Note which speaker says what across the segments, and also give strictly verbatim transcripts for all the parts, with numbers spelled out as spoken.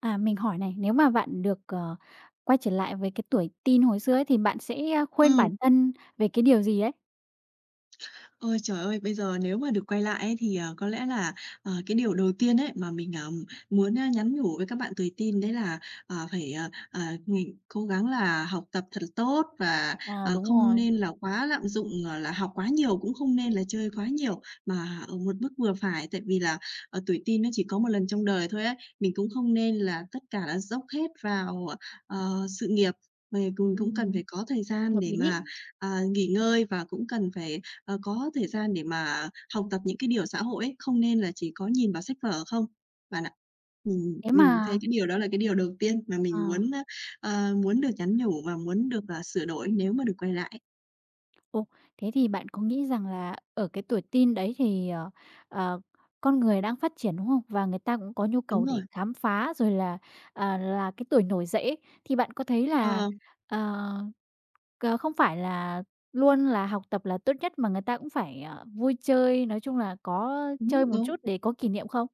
Speaker 1: À, mình hỏi này, nếu mà bạn được, ờ, quay trở lại với cái tuổi teen hồi xưa ấy, thì bạn sẽ, a, khuyên
Speaker 2: ừ,
Speaker 1: bản thân về cái điều gì ấy?
Speaker 2: Ôi, trời ơi, bây giờ nếu mà được quay lại ấy thì, ờ, có lẽ là, ờ, cái điều đầu tiên ấy mà mình, ờm, muốn, a, nhắn nhủ với các bạn tuổi teen đấy là, ờ, phải, ờ, ờ, mình cố gắng là học tập thật tốt và,
Speaker 1: À,
Speaker 2: ờ,
Speaker 1: đúng
Speaker 2: không
Speaker 1: rồi.
Speaker 2: nên là quá lạm dụng, ờ, là học quá nhiều, cũng không nên là chơi quá nhiều, mà ở một mức vừa phải. Tại vì là, ờ, tuổi teen nó chỉ có một lần trong đời thôi ấy, mình cũng không nên là tất cả là dốc hết vào, ờ, sự nghiệp. Mình cùng cũng cần
Speaker 1: Ừm,
Speaker 2: phải có thời gian
Speaker 1: hợp
Speaker 2: để
Speaker 1: lý.
Speaker 2: mà, à, nghỉ ngơi và cũng cần phải ờ, có thời gian để mà học tập những cái điều xã hội ấy, không nên là chỉ có nhìn vào sách vở không, bạn ạ. Ừm,
Speaker 1: Thế
Speaker 2: mình thấy
Speaker 1: mà
Speaker 2: cái điều đó là cái điều đầu tiên mà
Speaker 1: ờ,
Speaker 2: mình muốn, ơ, ờ, muốn được nhắn nhủ và muốn được, à, sửa đổi nếu mà được quay lại.
Speaker 1: ồ, thế thì bạn có nghĩ rằng là ở cái tuổi teen đấy thì, ờ, ờ, con người đang phát triển, đúng không? Và người ta cũng có nhu
Speaker 2: Đúng
Speaker 1: cầu để
Speaker 2: rồi.
Speaker 1: khám phá rồi là, à, là cái tuổi nổi dậy ấy, thì bạn có thấy là,
Speaker 2: Ờ,
Speaker 1: ờ Ờ, không phải là luôn là học tập là tốt nhất mà người ta cũng phải, ờ, vui chơi, nói chung là có chơi
Speaker 2: đúng,
Speaker 1: một chút
Speaker 2: đúng.
Speaker 1: để có kỷ niệm không?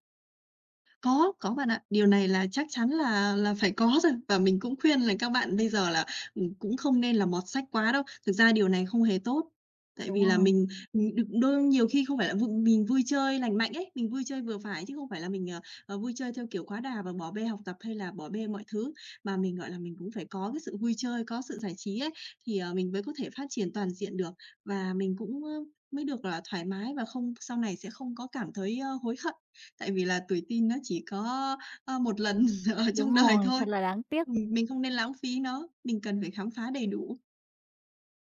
Speaker 2: Có, có bạn ạ. Điều này là chắc chắn là là phải có rồi, và mình cũng khuyên là các bạn bây giờ là, ừm, cũng không nên là mọt sách quá đâu. Thực ra điều này không hề tốt, tại
Speaker 1: Đúng
Speaker 2: vì là
Speaker 1: rồi,
Speaker 2: mình, ừm, được đôi nhiều khi không phải là v mình vui chơi lành mạnh ấy, mình vui chơi vừa phải chứ không phải là mình, ờ, ờ, vui chơi theo kiểu quá đà và bỏ bê học tập hay là bỏ bê mọi thứ, mà mình, gọi là, mình cũng phải có cái sự vui chơi, có sự giải trí ấy, thì, ờ, mình mới có thể phát triển toàn diện được và mình cũng, ơ, mới được, gọi là, thoải mái và không sau này sẽ không có cảm thấy, ơ, hối hận. Tại vì là tuổi teen nó chỉ có, ơ, một lần ở
Speaker 1: đúng
Speaker 2: trong đời
Speaker 1: rồi,
Speaker 2: thôi,
Speaker 1: thật là đáng tiếc.
Speaker 2: ừm, mình không nên lãng phí nó, mình cần phải khám phá đầy đủ.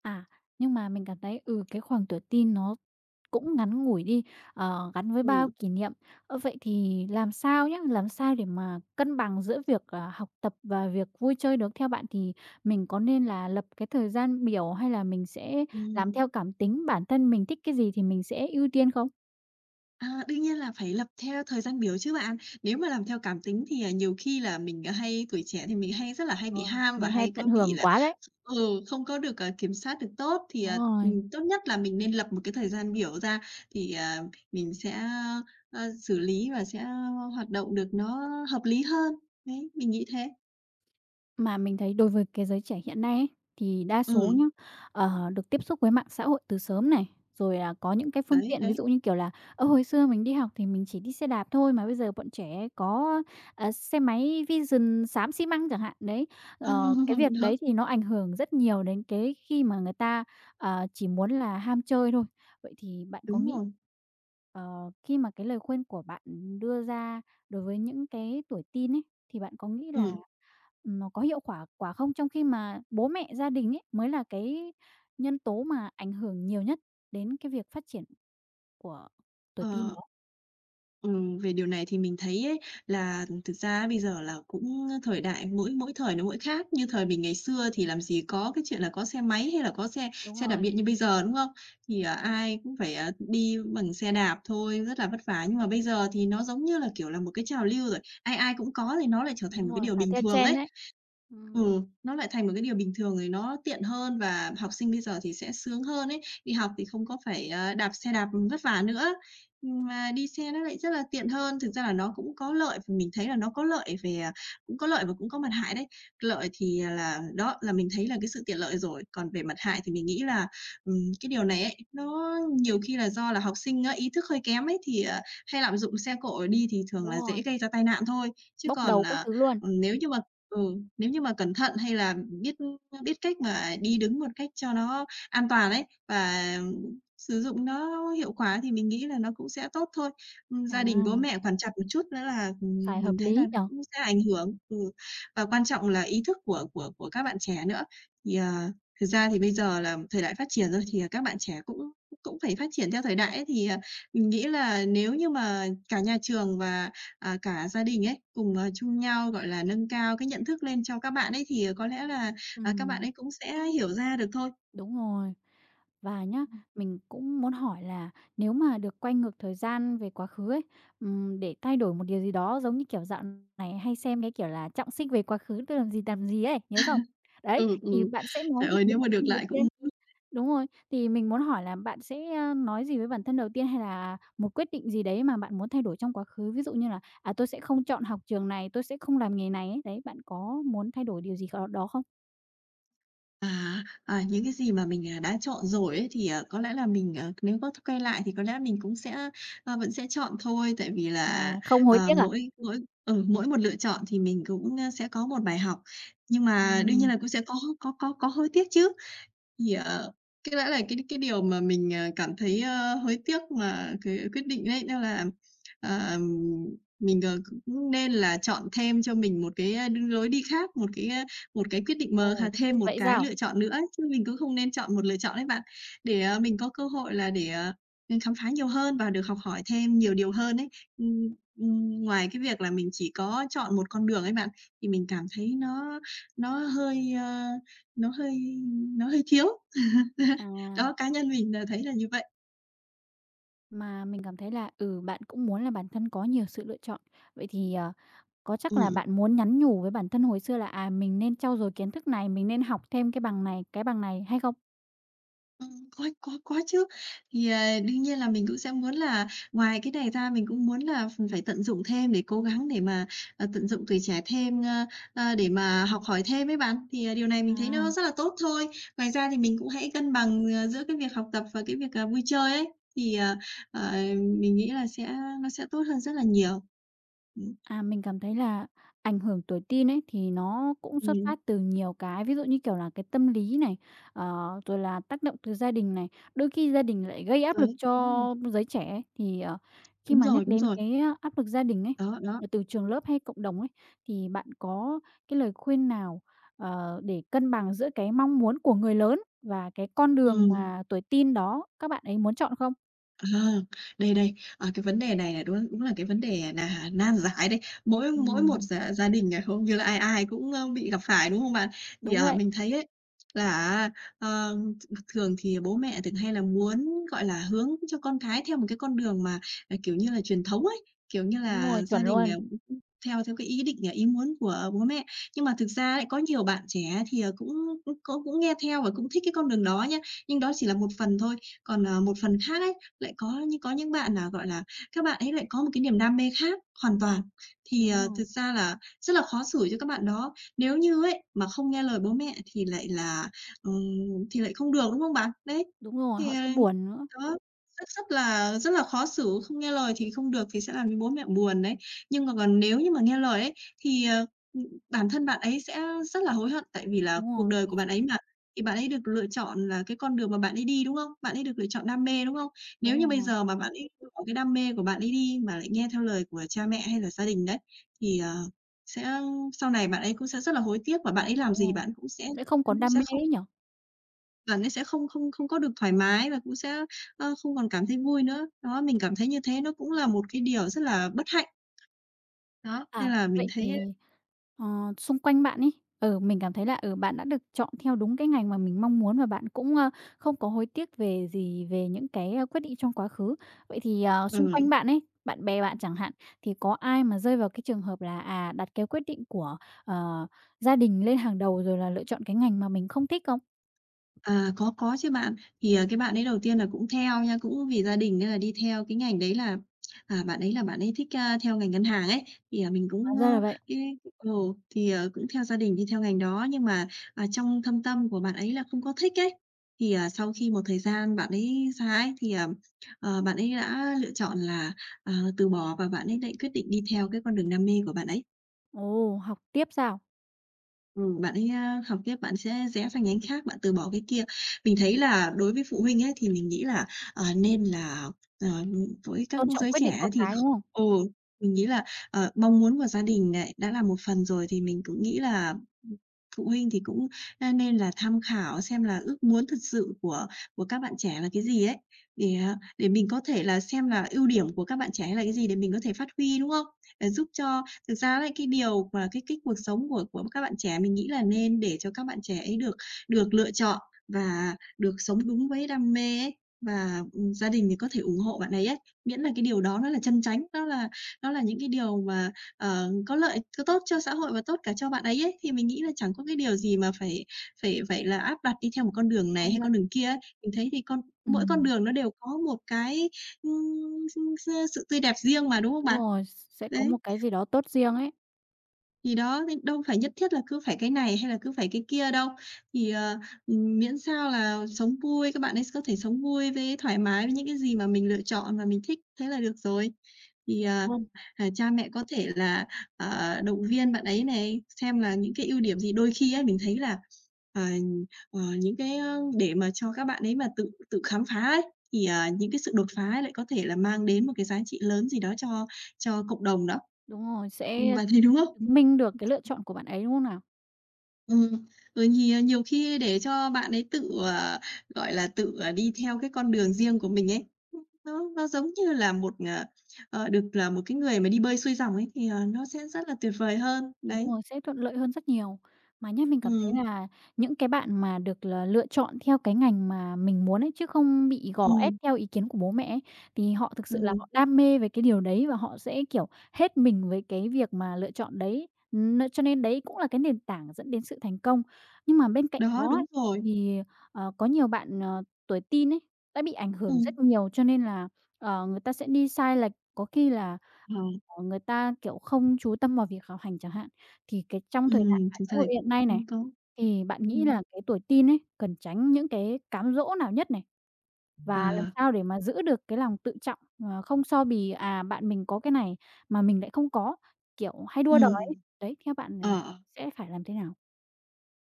Speaker 1: À, nhưng mà mình cảm thấy, ừ, cái khoảng tuổi teen nó cũng ngắn ngủi đi, ờ, gắn với bao
Speaker 2: Ừ.
Speaker 1: kỷ niệm. Ơ, vậy thì làm sao nhé làm sao để mà cân bằng giữa việc, à, học tập và việc vui chơi được? Theo bạn thì mình có nên là lập cái thời gian biểu hay là mình sẽ làm
Speaker 2: Ừm.
Speaker 1: theo cảm tính, bản thân mình thích cái gì thì mình sẽ ưu tiên không?
Speaker 2: À, đương nhiên là phải lập theo thời gian biểu chứ bạn. Nếu mà làm theo cảm tính thì, à, nhiều khi là mình, à, hay tuổi trẻ thì mình hay rất là hay
Speaker 1: Ờ,
Speaker 2: bị ham và
Speaker 1: mình hay
Speaker 2: hay
Speaker 1: tận
Speaker 2: cứ bị
Speaker 1: hưởng
Speaker 2: là
Speaker 1: quá đấy.
Speaker 2: ừ, không có được, à, kiểm soát được tốt thì,
Speaker 1: Đúng
Speaker 2: à,
Speaker 1: rồi,
Speaker 2: ừm, tốt nhất là mình nên lập một cái thời gian biểu ra thì, à, mình sẽ, ơ, xử lý và sẽ hoạt động được nó hợp lý hơn. Đấy, mình nghĩ thế.
Speaker 1: mà mình thấy đối với cái giới trẻ hiện nay ấy, thì đa số
Speaker 2: Ừ.
Speaker 1: nhá, ờ, được tiếp xúc với mạng xã hội từ sớm này, rồi là có những cái phương
Speaker 2: Đấy,
Speaker 1: tiện ví
Speaker 2: đấy.
Speaker 1: dụ như, kiểu là, ơ, hồi xưa mình đi học thì mình chỉ đi xe đạp thôi, mà bây giờ bọn trẻ có, ờ, xe máy Vision xám xi măng chẳng hạn, đấy.
Speaker 2: Ờ,
Speaker 1: Ờ, cái việc
Speaker 2: đó,
Speaker 1: đấy thì nó ảnh hưởng rất nhiều đến cái khi mà người ta, ờ, chỉ muốn là ham chơi thôi. Vậy thì bạn có
Speaker 2: đúng
Speaker 1: nghĩ
Speaker 2: rồi.
Speaker 1: Ờ, khi mà cái lời khuyên của bạn đưa ra đối với những cái tuổi teen ấy, thì bạn có nghĩ là
Speaker 2: Ừm,
Speaker 1: nó có hiệu quả quả không? Trong khi mà bố mẹ, gia đình ấy mới là cái nhân tố mà ảnh hưởng nhiều nhất đến cái việc phát triển của tuổi teen
Speaker 2: ờ,
Speaker 1: đó.
Speaker 2: ừm, về điều này thì mình thấy ấy là thực ra bây giờ là cũng thời đại mỗi mỗi thời nó mỗi khác, như thời mình ngày xưa thì làm gì có cái chuyện là có xe máy hay là có xe
Speaker 1: Đúng
Speaker 2: xe đạp
Speaker 1: rồi,
Speaker 2: điện như bây giờ, đúng không? Thì, ờ, ai cũng phải, ờ, đi bằng xe đạp thôi, rất là vất vả. Nhưng mà bây giờ thì nó giống như là, kiểu là, một cái trào lưu rồi, ai ai cũng có thì nó lại trở thành
Speaker 1: đúng
Speaker 2: một cái
Speaker 1: rồi,
Speaker 2: điều
Speaker 1: phải
Speaker 2: bình
Speaker 1: theo
Speaker 2: thường
Speaker 1: trend
Speaker 2: ấy.
Speaker 1: đấy. Ừm,
Speaker 2: Ừ, nó lại thành một cái điều bình thường rồi nó tiện hơn và học sinh bây giờ thì sẽ sướng hơn ấy. Đi học thì không có phải, ờ, đạp xe đạp vất vả nữa, mà đi xe nó lại rất là tiện hơn. Thực ra là nó cũng có lợi, thì mình thấy là nó có lợi về, à cũng có lợi và cũng có mặt hại đấy. Lợi thì, à, là đó, là mình thấy là cái sự tiện lợi rồi, còn về mặt hại thì mình nghĩ là, ừm, cái điều này ấy, nó nhiều khi là do là học sinh á, ý thức hơi kém ấy, thì, ờ, hay lạm dụng xe cộ đi thì thường
Speaker 1: đúng
Speaker 2: là
Speaker 1: rồi,
Speaker 2: dễ gây ra tai nạn thôi. Chứ
Speaker 1: bốc
Speaker 2: còn,
Speaker 1: đầu các
Speaker 2: à,
Speaker 1: thứ luôn.
Speaker 2: nếu như mà ừ nếu như mà cẩn thận hay là biết biết cách mà đi đứng một cách cho nó an toàn ấy, và sử dụng nó hiệu quả thì mình nghĩ là nó cũng sẽ tốt thôi. Ừm,
Speaker 1: À,
Speaker 2: gia đình bố mẹ quản chặt một chút nữa là, ừm,
Speaker 1: phải
Speaker 2: mình
Speaker 1: hợp
Speaker 2: thấy là
Speaker 1: lý nhở.
Speaker 2: cũng sẽ ảnh hưởng. Ừ, và quan trọng là ý thức của của của các bạn trẻ nữa. Thì, ờ, thực ra thì bây giờ là thời đại phát triển rồi thì, à, các bạn trẻ cũng cũng phải phát triển theo thời đại ấy, thì, à, mình nghĩ là nếu như mà cả nhà trường và à, cả gia đình ấy, cùng, ờ, chung nhau, gọi là, nâng cao cái nhận thức lên cho các bạn ấy thì, ờ, có lẽ là, à, các bạn
Speaker 1: Ừm.
Speaker 2: ấy cũng sẽ hiểu ra được thôi.
Speaker 1: Đúng rồi. Và nhá, mình cũng muốn hỏi là nếu mà được quay ngược thời gian về quá khứ ấy, ừm, để thay đổi một điều gì đó, giống như, kiểu, dạo này hay xem cái, kiểu là, "Trọng sinh về quá khứ tôi làm gì, làm gì" ấy, nhớ không? Đấy,
Speaker 2: Ừ,
Speaker 1: thì
Speaker 2: ừ.
Speaker 1: bạn sẽ nói
Speaker 2: Trời
Speaker 1: gì
Speaker 2: ơi,
Speaker 1: với
Speaker 2: nếu
Speaker 1: bản
Speaker 2: mà được
Speaker 1: thân đầu
Speaker 2: lại
Speaker 1: tiên?
Speaker 2: cũng
Speaker 1: Đúng rồi, thì mình muốn hỏi là bạn sẽ, a, nói gì với bản thân đầu tiên hay là một quyết định gì đấy mà bạn muốn thay đổi trong quá khứ? Ví dụ như là, à, "Tôi sẽ không chọn học trường này, tôi sẽ không làm nghề này" ấy, đấy, bạn có muốn thay đổi điều gì kh đó không?
Speaker 2: à, à, những cái gì mà mình, à, đã chọn rồi ấy thì, ờ, có lẽ là mình, ờ, nếu có quay lại thì có lẽ mình cũng sẽ, ờ, vẫn sẽ chọn thôi, tại vì
Speaker 1: À,
Speaker 2: là,
Speaker 1: không hối
Speaker 2: ờ,
Speaker 1: tiếc à?
Speaker 2: mỗi mỗi ừ, mỗi một lựa chọn thì mình cũng, ơ, sẽ có một bài học, nhưng mà đương nhiên
Speaker 1: Ừm.
Speaker 2: là cũng sẽ có có có có hối tiếc chứ. Yeah. Cái đã là cái cái điều mà mình, ờ, cảm thấy, ơ, hối tiếc mà cái quyết định đấy đó là, ờ, mình, ờ, cũng nên là chọn thêm cho mình một cái, a, đ lối đi khác, một cái, a, một cái quyết định mờ,
Speaker 1: Ồ,
Speaker 2: hà thêm một
Speaker 1: vậy
Speaker 2: cái
Speaker 1: sao?
Speaker 2: lựa chọn nữa, chứ mình cũng không nên chọn một lựa chọn ấy bạn, để, ờ, mình có cơ hội là để, ờ, mình khám phá nhiều hơn và được học hỏi thêm nhiều điều hơn ấy. Ừm, ừm, ngoài cái việc là mình chỉ có chọn một con đường ấy bạn, thì mình cảm thấy nó nó hơi, ơ, nó hơi nó hơi thiếu.
Speaker 1: À,
Speaker 2: Đó, cá nhân mình là thấy là như vậy.
Speaker 1: mà mình cảm thấy là, ừ, bạn cũng muốn là bản thân có nhiều sự lựa chọn. Vậy thì, ờ, có chắc là
Speaker 2: Ừm,
Speaker 1: bạn muốn nhắn nhủ với bản thân hồi xưa là, à, mình nên trau dồi kiến thức này, mình nên học thêm cái bằng này, cái bằng này hay không?
Speaker 2: ừm, có có có chứ. Thì, ờ, đương nhiên là mình cũng sẽ muốn là ngoài cái này ra mình cũng muốn là phải tận dụng thêm để cố gắng để mà, ờ, tận dụng tuổi trẻ thêm, ơ, ơ, để mà học hỏi thêm ấy bạn. Thì, ờ, điều này mình thấy
Speaker 1: À.
Speaker 2: nó rất là tốt thôi. Ngoài ra thì mình cũng hãy cân bằng, ờ, giữa cái việc học tập và cái việc, ờ, vui chơi ấy, thì, ờ, ờ, mình nghĩ là sẽ nó sẽ tốt hơn rất là nhiều. Ừm,
Speaker 1: À, mình cảm thấy là ảnh hưởng tuổi teen ấy thì nó cũng xuất
Speaker 2: ừm,
Speaker 1: phát từ nhiều cái, ví dụ như, kiểu là, cái tâm lý này, ờ, rồi là tác động từ gia đình này, đôi khi gia đình lại gây áp lực
Speaker 2: đấy, đúng rồi,
Speaker 1: cho giới trẻ ấy. Thì, ờ, khi
Speaker 2: đúng
Speaker 1: mà nhắc
Speaker 2: rồi, đúng
Speaker 1: đến
Speaker 2: rồi.
Speaker 1: cái áp lực gia đình ấy,
Speaker 2: Đó, đó,
Speaker 1: ờ, từ trường lớp hay cộng đồng ấy, thì bạn có cái lời khuyên nào, ờ, để cân bằng giữa cái mong muốn của người lớn và cái con đường
Speaker 2: ừ.
Speaker 1: mà tuổi teen đó các bạn ấy muốn chọn không?
Speaker 2: À, đây, đây, à, cái vấn đề này là đúng đúng là cái vấn đề là nan giải đấy. Mỗi mỗi một
Speaker 1: Ừm,
Speaker 2: gia gia đình này hầu như là ai ai cũng, ơ, bị gặp phải, đúng không bạn? Thì,
Speaker 1: đúng
Speaker 2: à,
Speaker 1: vậy,
Speaker 2: mình thấy ấy, là ờ, thường thì bố mẹ thường hay là muốn, gọi là, hướng cho con cái theo một cái con đường mà, à, kiểu như là, truyền thống ấy, kiểu như
Speaker 1: đúng rồi,
Speaker 2: là,
Speaker 1: chuẩn
Speaker 2: gia đình,
Speaker 1: luôn,
Speaker 2: à, cũng theo theo cái ý định, à, ý muốn của bố mẹ. Nhưng mà thực ra lại có nhiều bạn trẻ thì, ờ, cũng cũng cũng nghe theo và cũng thích cái con đường đó nhá, nhưng đó chỉ là một phần thôi. Còn, ờ, một phần khác ấy lại có những có những bạn là, gọi là, các bạn ấy lại có một cái niềm đam mê khác hoàn toàn, thì,
Speaker 1: đúng
Speaker 2: ờ,
Speaker 1: rồi.
Speaker 2: thực ra là rất là khó xử cho các bạn đó. Nếu như ấy, mà không nghe lời bố mẹ thì lại là, ừm, thì lại không được, đúng không bạn? Đấy,
Speaker 1: Đúng rồi,
Speaker 2: thì,
Speaker 1: họ
Speaker 2: ờ
Speaker 1: sẽ buồn nữa.
Speaker 2: đó, rất rất là rất là khó xử, không nghe lời thì không được thì sẽ làm cho bố mẹ buồn đấy. Nhưng mà còn nếu như mà nghe lời ấy, thì, ờ, ừm, bản thân bạn ấy sẽ rất là hối hận, tại vì là
Speaker 1: Đúng
Speaker 2: cuộc
Speaker 1: rồi,
Speaker 2: đời của bạn ấy mà, thì bạn ấy được lựa chọn là cái con đường mà bạn ấy đi, đúng không? Bạn ấy được lựa chọn đam mê, đúng không? Nếu như
Speaker 1: đúng
Speaker 2: bây
Speaker 1: rồi,
Speaker 2: giờ mà bạn ấy theo đuổi cái đam mê của bạn ấy đi, mà lại nghe theo lời của cha mẹ hay là gia đình đấy, thì, ờ, sẽ sau này bạn ấy cũng sẽ rất là hối tiếc và bạn ấy làm
Speaker 1: đúng
Speaker 2: gì
Speaker 1: rồi,
Speaker 2: bạn cũng sẽ
Speaker 1: sẽ không còn
Speaker 2: cũng
Speaker 1: đam
Speaker 2: sẽ
Speaker 1: mê
Speaker 2: không
Speaker 1: ấy nhỉ?
Speaker 2: bạn ấy sẽ không không không có được thoải mái và cũng sẽ, ơ, không còn cảm thấy vui nữa. Đó, mình cảm thấy như thế nó cũng là một cái điều rất là bất hạnh. Đó,
Speaker 1: À,
Speaker 2: nên là mình
Speaker 1: vậy
Speaker 2: thấy
Speaker 1: thì, ờ, xung quanh bạn ấy, ừ, mình cảm thấy là, ừ, bạn đã được chọn theo đúng cái ngành mà mình mong muốn và bạn cũng, ơ, không có hối tiếc về gì về những cái, ơ, quyết định trong quá khứ. Vậy thì, ờ, xung quanh
Speaker 2: ừ.
Speaker 1: bạn ấy, bạn bè bạn chẳng hạn, thì có ai mà rơi vào cái trường hợp là, à, đặt cái quyết định của, ờ, gia đình lên hàng đầu rồi là lựa chọn cái ngành mà mình không thích không?
Speaker 2: À, có, có chứ bạn. Thì, à, cái bạn ấy đầu tiên là cũng theo nha, cũng vì gia đình nên là đi theo cái ngành đấy là, à, bạn ấy là bạn ấy thích, a, theo ngành ngân hàng ấy. Thì, à, mình cũng,
Speaker 1: Hóa
Speaker 2: ơ,
Speaker 1: ra là vậy.
Speaker 2: cái ừ, thì, ờ, cũng theo gia đình đi theo ngành đó. Nhưng mà, à, trong thâm tâm của bạn ấy là không có thích ấy. Thì, à, sau khi một thời gian bạn ấy ra ấy, thì, ờ, ờ, bạn ấy đã lựa chọn là, ờ, từ bỏ, và bạn ấy lại quyết định đi theo cái con đường đam mê của bạn ấy.
Speaker 1: Ồ, học tiếp sao?
Speaker 2: Ừm, bạn ấy a, học tiếp, bạn sẽ rẽ sang nhánh khác, bạn từ bỏ cái kia. Mình thấy là đối với phụ huynh ấy, thì mình nghĩ là, ờ, nên là, ờ, với các
Speaker 1: Tôn trọng
Speaker 2: giới
Speaker 1: quyết định
Speaker 2: trẻ
Speaker 1: con
Speaker 2: ấy thì
Speaker 1: cái,
Speaker 2: kh
Speaker 1: đúng không?
Speaker 2: ừ, mình nghĩ là, ờ, mong muốn của gia đình này đã là một phần rồi, thì mình cũng nghĩ là phụ huynh thì cũng, a, nên là tham khảo xem là ước muốn thật sự của của các bạn trẻ là cái gì ấy, để, à, để mình có thể là xem là ưu điểm của các bạn trẻ là cái gì để mình có thể phát huy, đúng không? Để giúp cho thực ra ấy, cái điều mà kích thích cuộc sống của của các bạn trẻ, mình nghĩ là nên để cho các bạn trẻ ấy được được lựa chọn và được sống đúng với đam mê ấy, và, ừm, gia đình thì có thể ủng hộ bạn ấy ấy. Miễn là cái điều đó nó là chân chánh, nó là nó là những cái điều mà, ờ, có lợi có tốt cho xã hội và tốt cả cho bạn ấy ấy, thì mình nghĩ là chẳng có cái điều gì mà phải phải phải là áp đặt đi theo một con đường này
Speaker 1: Công
Speaker 2: hay
Speaker 1: nhận.
Speaker 2: con đường kia ấy. Mình thấy thì con mỗi con
Speaker 1: Ừm,
Speaker 2: đường nó đều có một cái, ưm, s s sự tươi đẹp riêng mà, đúng không
Speaker 1: đúng
Speaker 2: bạn?
Speaker 1: rồi, sẽ có
Speaker 2: Đấy.
Speaker 1: một cái gì đó tốt riêng ấy,
Speaker 2: Thì đó, nên đâu phải nhất thiết là cứ phải cái này hay là cứ phải cái kia đâu. Thì, ờ, ừm, Miễn sao là sống vui, các bạn ấy có thể sống vui với thoải mái với những cái gì mà mình lựa chọn và mình thích, thế là được rồi. Thì, ờ,
Speaker 1: đúng không?
Speaker 2: à, Cha mẹ có thể là, ờ, động viên bạn ấy này, xem là những cái ưu điểm gì. Đôi khi á, mình thấy là, ờ, ờ, những cái, ơ để mà cho các bạn ấy mà tự tự khám phá ấy, thì, ờ, những cái sự đột phá ấy lại có thể là mang đến một cái giá trị lớn gì đó cho cho cộng đồng đó.
Speaker 1: Đúng rồi,
Speaker 2: Ừm,
Speaker 1: sẽ
Speaker 2: bạn thấy đúng không?
Speaker 1: chứng minh được cái lựa chọn của bạn ấy, đúng không nào?
Speaker 2: Ừm, rồi thì, à, nhiều khi để cho bạn ấy tự, ờ, gọi là, tự, ờ, đi theo cái con đường riêng của mình ấy, nó nó giống như là một, ờ, ờ, được là một cái người mà đi bơi xuôi dòng ấy thì, ờ, nó sẽ rất là tuyệt vời hơn.
Speaker 1: Đúng
Speaker 2: Đấy.
Speaker 1: rồi, sẽ thuận lợi hơn rất nhiều. Mà nhá, mình cảm
Speaker 2: Ừm,
Speaker 1: thấy là những cái bạn mà được là lựa chọn theo cái ngành mà mình muốn ấy, chứ không bị gò ép
Speaker 2: ừm,
Speaker 1: theo ý kiến của bố mẹ ấy, thì họ thực sự là
Speaker 2: ừm,
Speaker 1: họ đam mê về cái điều đấy và họ sẽ, kiểu, hết mình với cái việc mà lựa chọn đấy. Ừm, cho nên đấy cũng là cái nền tảng dẫn đến sự thành công. Nhưng mà bên cạnh
Speaker 2: đó,
Speaker 1: đó ấy,
Speaker 2: đúng rồi.
Speaker 1: thì, ờ, có nhiều bạn, ờ, tuổi teen ấy, đã bị ảnh hưởng
Speaker 2: ừm,
Speaker 1: rất nhiều, cho nên là, ờ, người ta sẽ đi sai lệch, có khi là,
Speaker 2: ờ,
Speaker 1: ờ, người ta, kiểu, không chú tâm vào việc học hành chẳng hạn. Thì cái trong thời đại
Speaker 2: ừm,
Speaker 1: mạng
Speaker 2: Thực
Speaker 1: xã
Speaker 2: ra
Speaker 1: hội
Speaker 2: thì
Speaker 1: hiện
Speaker 2: cũng
Speaker 1: nay này,
Speaker 2: cũng tốt.
Speaker 1: thì bạn nghĩ
Speaker 2: ừm,
Speaker 1: là cái tuổi teen ấy cần tránh những cái cám dỗ nào nhất này? Và làm
Speaker 2: à,
Speaker 1: sao để mà giữ được cái lòng tự trọng, ờ, không so bì, à, bạn mình có cái này mà mình lại không có, kiểu, hay đua đòi ấy.
Speaker 2: ừm,
Speaker 1: Đấy, theo bạn
Speaker 2: ờ,
Speaker 1: này
Speaker 2: ờ.
Speaker 1: sẽ phải làm thế nào?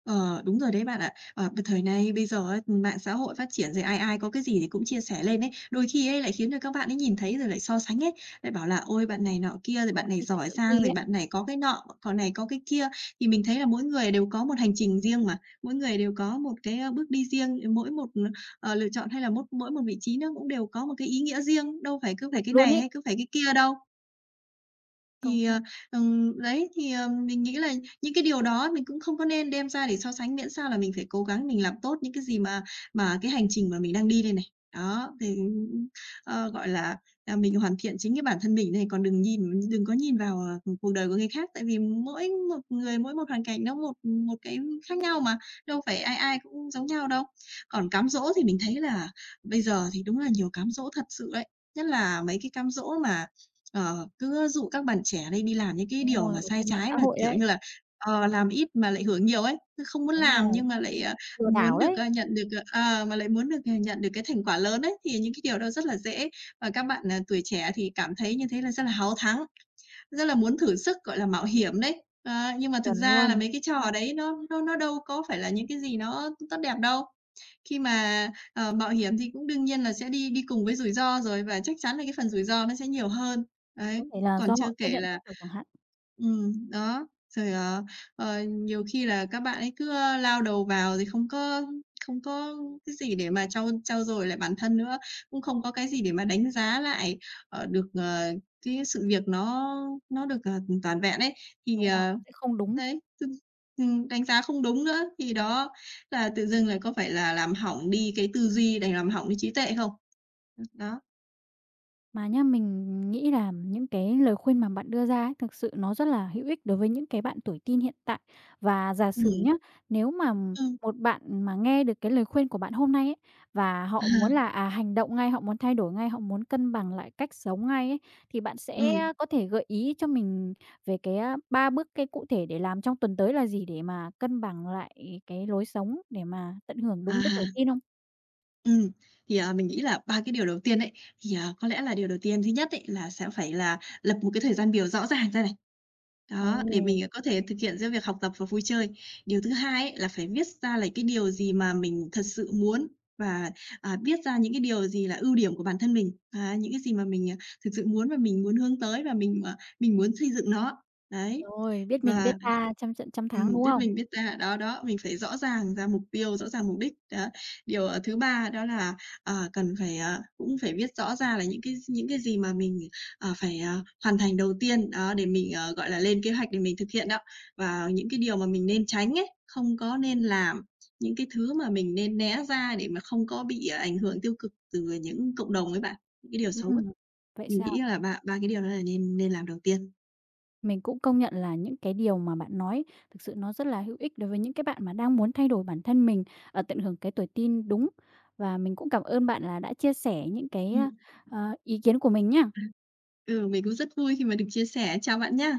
Speaker 2: Ờ, đúng rồi đấy bạn ạ. Ờ, b Thời nay bây giờ á, mạng xã hội phát triển rồi, ai ai có cái gì thì cũng chia sẻ lên ấy, đôi khi ấy lại khiến cho các bạn ấy nhìn thấy rồi lại so sánh ấy, lại bảo là "Ôi, bạn này nọ kia, rồi
Speaker 1: Có
Speaker 2: bạn này
Speaker 1: khi sẽ
Speaker 2: giỏi
Speaker 1: tự ti
Speaker 2: giang, rồi
Speaker 1: ấy,
Speaker 2: bạn này có cái nọ, còn này có cái kia." Thì mình thấy là mỗi người đều có một hành trình riêng mà, mỗi người đều có một cái, ơ, bước đi riêng, mỗi một, ờ, lựa chọn hay là mốt mỗi một vị trí nó cũng đều có một cái ý nghĩa riêng, đâu phải cứ phải
Speaker 1: thật
Speaker 2: cái
Speaker 1: luôn
Speaker 2: này
Speaker 1: ấy,
Speaker 2: hay cứ phải cái kia đâu.
Speaker 1: công
Speaker 2: Thì,
Speaker 1: nhận.
Speaker 2: ờ, ừm, đấy, thì, ờ, Mình nghĩ là những cái điều đó mình cũng không có nên đem ra để so sánh, miễn sao là mình phải cố gắng mình làm tốt những cái gì mà mà cái hành trình mà mình đang đi đây này. Đó, thì, ờ, gọi là, à, Mình hoàn thiện chính cái bản thân mình này, còn đừng nhìn đừng có nhìn vào, ờ, cuộc đời của người khác, tại vì mỗi một người, mỗi một hoàn cảnh nó một một cái khác nhau mà, đâu phải ai ai cũng giống nhau đâu. Còn cám dỗ thì mình thấy là bây giờ thì đúng là nhiều cám dỗ thật sự đấy, nhất là mấy cái cám dỗ mà Ờ, cứ dụ các bạn trẻ đây đi làm những cái
Speaker 1: Đúng
Speaker 2: điều
Speaker 1: rồi,
Speaker 2: mà
Speaker 1: ở
Speaker 2: sai
Speaker 1: trên mạng
Speaker 2: trái
Speaker 1: xã
Speaker 2: mà,
Speaker 1: hội
Speaker 2: kiểu
Speaker 1: đấy,
Speaker 2: như là, ờ, làm ít mà lại hưởng nhiều ấy, cứ không muốn
Speaker 1: đúng
Speaker 2: làm
Speaker 1: rồi,
Speaker 2: nhưng mà lại, ờ,
Speaker 1: lừa
Speaker 2: muốn
Speaker 1: đảo
Speaker 2: được,
Speaker 1: đấy,
Speaker 2: ờ, nhận được, ờ ờ, mà lại muốn được, ờ, nhận được cái thành quả lớn ấy, thì những cái điều đó rất là dễ. Và các bạn, à, tuổi trẻ thì cảm thấy như thế là rất là háo thắng. Rất là muốn thử sức, gọi là, mạo hiểm đấy. Ờ, nhưng mà thực
Speaker 1: chuẩn
Speaker 2: ra là
Speaker 1: luôn.
Speaker 2: mấy cái trò đấy nó nó nó đâu có phải là những cái gì nó tốt đẹp đâu. Khi mà, ờ, mạo hiểm thì cũng đương nhiên là sẽ đi đi cùng với rủi ro rồi và chắc chắn là cái phần rủi ro nó sẽ nhiều hơn. Đấy,
Speaker 1: Có thể là
Speaker 2: còn
Speaker 1: do
Speaker 2: chưa
Speaker 1: họ chưa
Speaker 2: kể
Speaker 1: nhận
Speaker 2: là
Speaker 1: thức được chẳng hạn.
Speaker 2: ừm, đó, rồi, ờ, ờ, nhiều khi là các bạn ấy cứ, ơ, lao đầu vào thì không có không có cái gì để mà trau trau dồi lại bản thân nữa, cũng không có cái gì để mà đánh giá lại, ờ, được, ờ, cái sự việc nó nó được, à, toàn vẹn ấy, thì,
Speaker 1: Đúng rồi,
Speaker 2: ờ,
Speaker 1: nó sẽ không đúng.
Speaker 2: đấy, dưng ừm, đánh giá không đúng nữa, thì đó là tự dưng là có phải là làm hỏng đi cái tư duy này, làm hỏng đi trí tuệ không? Ừm, đó.
Speaker 1: Mà nhá, mình nghĩ là những cái lời khuyên mà bạn đưa ra ấy, thực sự nó rất là hữu ích đối với những cái bạn tuổi teen hiện tại. Và giả sử
Speaker 2: Ừm.
Speaker 1: nhá, nếu mà m-
Speaker 2: ừm,
Speaker 1: một bạn mà nghe được cái lời khuyên của bạn hôm nay ấy, và họ muốn
Speaker 2: à
Speaker 1: là, à, hành động ngay, họ muốn thay đổi ngay, họ muốn cân bằng lại cách sống ngay ấy, thì bạn sẽ
Speaker 2: ừm.
Speaker 1: có thể gợi ý cho mình về cái, a, ba bước cái cụ thể để làm trong tuần tới là gì để mà cân bằng lại cái lối sống để mà tận hưởng đúng cái tuổi
Speaker 2: à
Speaker 1: teen không?
Speaker 2: ừm. Thì, à, mình nghĩ là ba cái điều đầu tiên ấy, thì, à, có lẽ là điều đầu tiên thứ nhất ấy là sẽ phải là lập một cái thời gian biểu rõ ràng ra này.
Speaker 1: Ồ,
Speaker 2: Đó, để mình ờ, có thể thực hiện giữa việc học tập và vui chơi. Điều thứ hai ấy là phải viết ra là cái điều gì mà mình thật sự muốn và, à, viết ra những cái điều gì là ưu điểm của bản thân mình, và những cái gì mà mình, à, thực sự muốn và mình muốn hướng tới và mình, ờ, mình muốn xây dựng nó. Đấy,
Speaker 1: rồi, biết mình biết
Speaker 2: và
Speaker 1: ta trăm trận trăm thắng,
Speaker 2: ừm,
Speaker 1: đúng
Speaker 2: biết
Speaker 1: không?
Speaker 2: mình biết ta, đó, đó, mình phải rõ ràng ra mục tiêu, rõ ràng mục đích. Đó, điều, ờ, thứ ba đó là, ờ, cần phải, ờ, cũng phải viết rõ ra là những cái những cái gì mà mình Ờ, phải, à, hoàn thành đầu tiên, đó, để mình, ờ, gọi là, lên kế hoạch để mình thực hiện đó. Và những cái điều mà mình nên tránh ấy, không có nên làm, những cái thứ mà mình nên né ra để mà không có bị, à, ảnh hưởng tiêu cực từ những cộng đồng ấy bạn, những cái điều xấu ấy.
Speaker 1: Ừm, vậy
Speaker 2: Mình
Speaker 1: sao?
Speaker 2: nghĩ là ba ba cái điều đó là nên nên làm đầu tiên.
Speaker 1: Mình cũng công nhận là những cái điều mà bạn nói thực sự nó rất là hữu ích đối với những cái bạn mà đang muốn thay đổi bản thân mình, ở tận hưởng cái tuổi teen đúng. Và mình cũng cảm ơn bạn là đã chia sẻ những cái,
Speaker 2: Ừm.
Speaker 1: ờ, ý kiến của mình nhá.
Speaker 2: Ừ, mình cũng rất vui khi mà được chia sẻ. Chào bạn nhá.